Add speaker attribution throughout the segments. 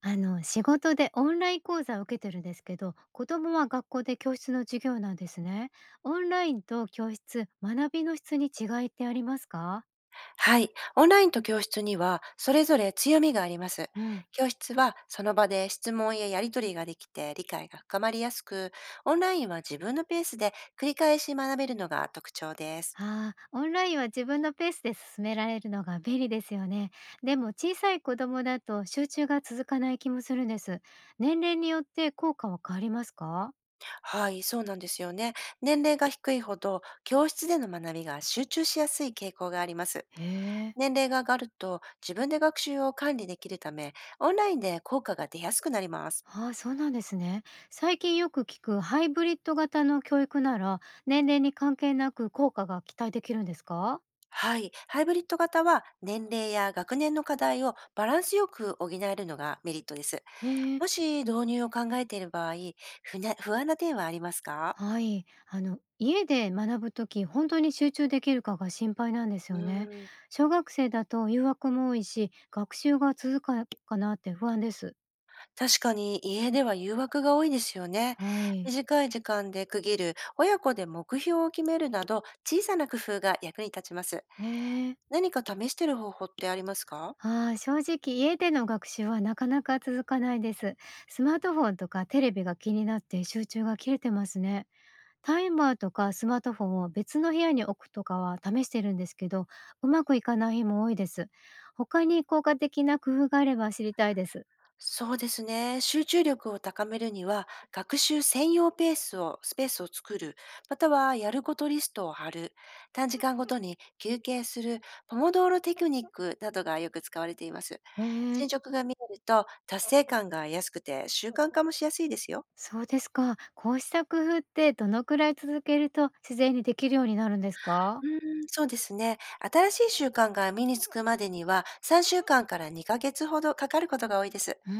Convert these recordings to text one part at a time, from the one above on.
Speaker 1: 仕事でオンライン講座を受けてるんですけど、子供は学校で教室の授業なんですね。オンラインと教室、学びの質に違いってありますか？
Speaker 2: はい。オンラインと教室には、それぞれ強みがあります。
Speaker 1: うん。
Speaker 2: 教室はその場で質問ややり取りができて理解が深まりやすく、オンラインは自分のペースで繰り返し学べるのが特徴です。
Speaker 1: ああ、オンラインは自分のペースで進められるのが便利ですよね。でも小さい子供だと集中が続かない気もするんです。年齢によって効果は変わりますか？
Speaker 2: はい、そうなんですよね。年齢が低いほど、教室での学びが集中しやすい傾向があります。
Speaker 1: へえ。
Speaker 2: 年齢が上がると、自分で学習を管理できるため、オンラインで効果が出やすくなります。
Speaker 1: ああ、そうなんですね。最近よく聞くハイブリッド型の教育なら、年齢に関係なく効果が期待できるんですか？
Speaker 2: はい。ハイブリッド型は年齢や学年の課題をバランスよく補えるのがメリットです。
Speaker 1: ええ。
Speaker 2: もし導入を考えている場合、不安な点はありますか？
Speaker 1: はい。家で学ぶとき、本当に集中できるかが心配なんです
Speaker 2: う
Speaker 1: よね。
Speaker 2: ーん、
Speaker 1: 小学生だと誘惑も多いし、学習が続くかかなって不安です。
Speaker 2: 確かに家では誘惑が多いですよね。
Speaker 1: はい。
Speaker 2: 短い時間で区切る、親子で目標を決めるなど、小さな工夫が役に立ちます。
Speaker 1: ねえ。
Speaker 2: 何か試してる方法ってありますか？
Speaker 1: ああ、正直家での学習はなかなか続かないです。スマートフォンとかテレビが気になって集中が切れてますね。タイマーとかスマートフォンを別の部屋に置くとかは試してるんですけど、うまくいかない日も多いです。他に効果的な工夫があれば知りたいです。
Speaker 2: そうですね。集中力を高めるには、学習専用ペースを、スペースを作る、またはやることリストを貼る、短時間ごとに休憩する、ポモドーロテクニックなどがよく使われています。
Speaker 1: えー、
Speaker 2: 進捗が見えると、達成感が安くて習慣化もしやすいですよ。
Speaker 1: そうですか。こうした工夫ってどのくらい続けると自然にできるようになるんですか？
Speaker 2: うーん、そうですね。新しい習慣が身につくまでには、3週間から2ヶ月ほどかかることが多いです。
Speaker 1: うー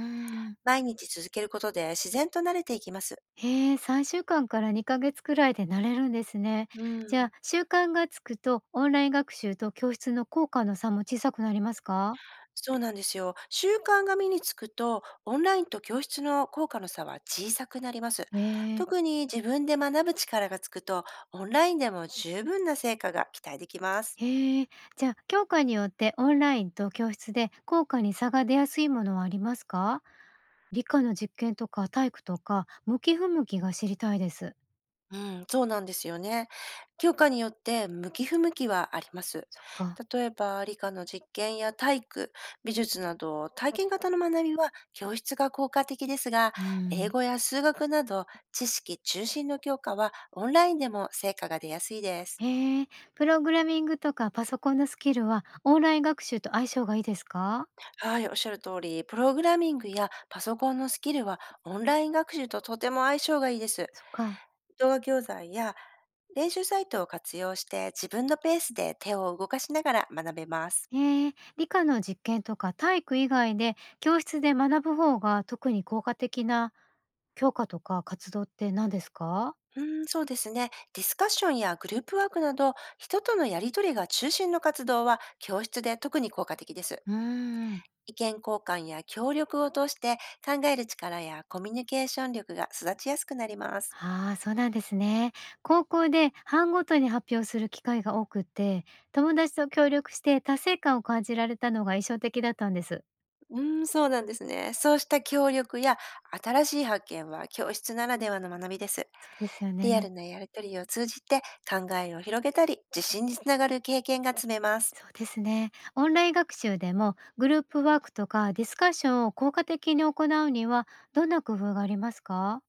Speaker 1: ん。
Speaker 2: 毎日続けることで自然と慣れていきます。
Speaker 1: へえ、3週間かんから2ヶ月くらいで慣れるんですね。
Speaker 2: う
Speaker 1: じゃあ、
Speaker 2: ん。
Speaker 1: 習慣がつくとオンライン学習と教室の効果の差も小さくなりますか？
Speaker 2: そうなんですよ。習慣が身につくと、オンラインと教室の効果の差は小さくなります。
Speaker 1: え
Speaker 2: 特
Speaker 1: え。
Speaker 2: に自分で学ぶ力がつくと、オンラインでも十分な成果が期待できます。
Speaker 1: へえ、じゃあ教科によってオンラインと教室で効果に差が出やすいものはありますか？理科の実験とか体育とか向き不向きが知りたいです。
Speaker 2: うん、そうなんですよね。教科によって向き不向きはあります。
Speaker 1: そっか。
Speaker 2: 例えば、理科の実験や体育、美術など体験型の学びは教室が効果的ですが、
Speaker 1: う
Speaker 2: 英
Speaker 1: ん。
Speaker 2: 語や数学など知識中心の教科はオンラインでも成果が出やすいです。
Speaker 1: へえ、プログラミングとかパソコンのスキルはオンライン学習と相性がいいですか？
Speaker 2: はい、おっしゃる通り、プログラミングやパソコンのスキルはオンライン学習ととても相性がいいです。
Speaker 1: そっか。
Speaker 2: 動画教材や練習サイトを活用して自分のペースで手を動かしながら学べます。
Speaker 1: へえ、理科の実験とか体育以外で教室で学ぶ方が特に効果的な教科とか活動って何ですか？
Speaker 2: うん、そうですね。ディスカッションやグループワークなど、人とのやりとりが中心の活動は教室で特に効果的です。
Speaker 1: うーん。
Speaker 2: 意見交換や協力を通して考える力やコミュニケーション力が育ちやすくなります。
Speaker 1: ああ、そうなんですね。高校で班ごとに発表する機会が多くて、友達と協力して達成感を感じられたのが印象的だったんです。
Speaker 2: うーん、そうなんですね。そうした協力や新しい発見は教室ならではの学びです。
Speaker 1: そうですよ
Speaker 2: リア
Speaker 1: ね。
Speaker 2: ルなやりとりを通じて考えを広げたり、自信につながる経験が積めます。
Speaker 1: そうですね。オンライン学習でもグループワークとかディスカッションを効果的に行うにはどんな工夫がありますか？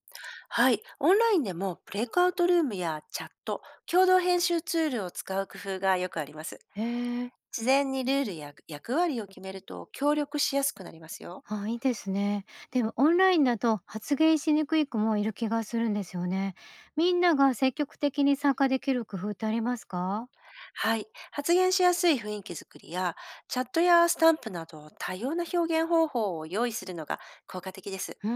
Speaker 2: はい。オンラインでもブレイクアウトルームやチャット、共同編集ツールを使う工夫がよくあります。
Speaker 1: ええ。
Speaker 2: 事前にルールや役割を決めると協力しやすくなりますよ。
Speaker 1: あ、いいですね。でもオンラインだと発言しにくい子もいる気がするんですよね。みんなが積極的に参加できる工夫ってありますか？
Speaker 2: はい。発言しやすい雰囲気づくりや、チャットやスタンプなど多様な表現方法を用意するのが効果的です。
Speaker 1: うー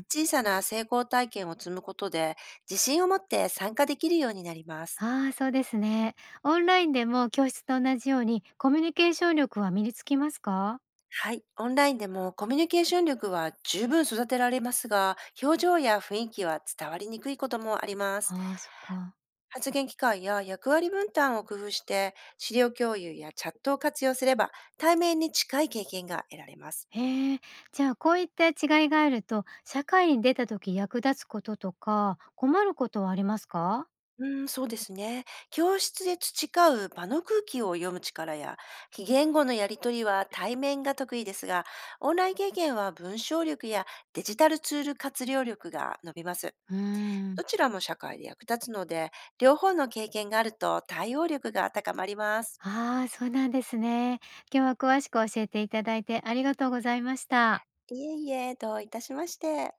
Speaker 1: ん。
Speaker 2: 小さな成功体験を積むことで、自信を持って参加できるようになります。
Speaker 1: ああ、そうですね。オンラインでも教室と同じようにコミュニケーション力は身につきますか？
Speaker 2: はい。オンラインでもコミュニケーション力は十分育てられますが、表情や雰囲気は伝わりにくいこともあります。
Speaker 1: ああ、そっか。
Speaker 2: 発言機会や役割分担を工夫して、資料共有やチャットを活用すれば、対面に近い経験が得られます。
Speaker 1: へえ。じゃあ、こういった違いがあると、社会に出た時役立つこととか、困ることはありますか？
Speaker 2: うん、そうですね。教室で培う場の空気を読む力や、非言語のやり取りは対面が得意ですが、オンライン経験は文章力やデジタルツール活用力が伸びます。
Speaker 1: うーん、
Speaker 2: どちらも社会で役立つので、両方の経験があると対応力が高まります。
Speaker 1: ああ、そうなんですね。今日は詳しく教えていただいてありがとうございました。
Speaker 2: いえいえ、どういたしまして。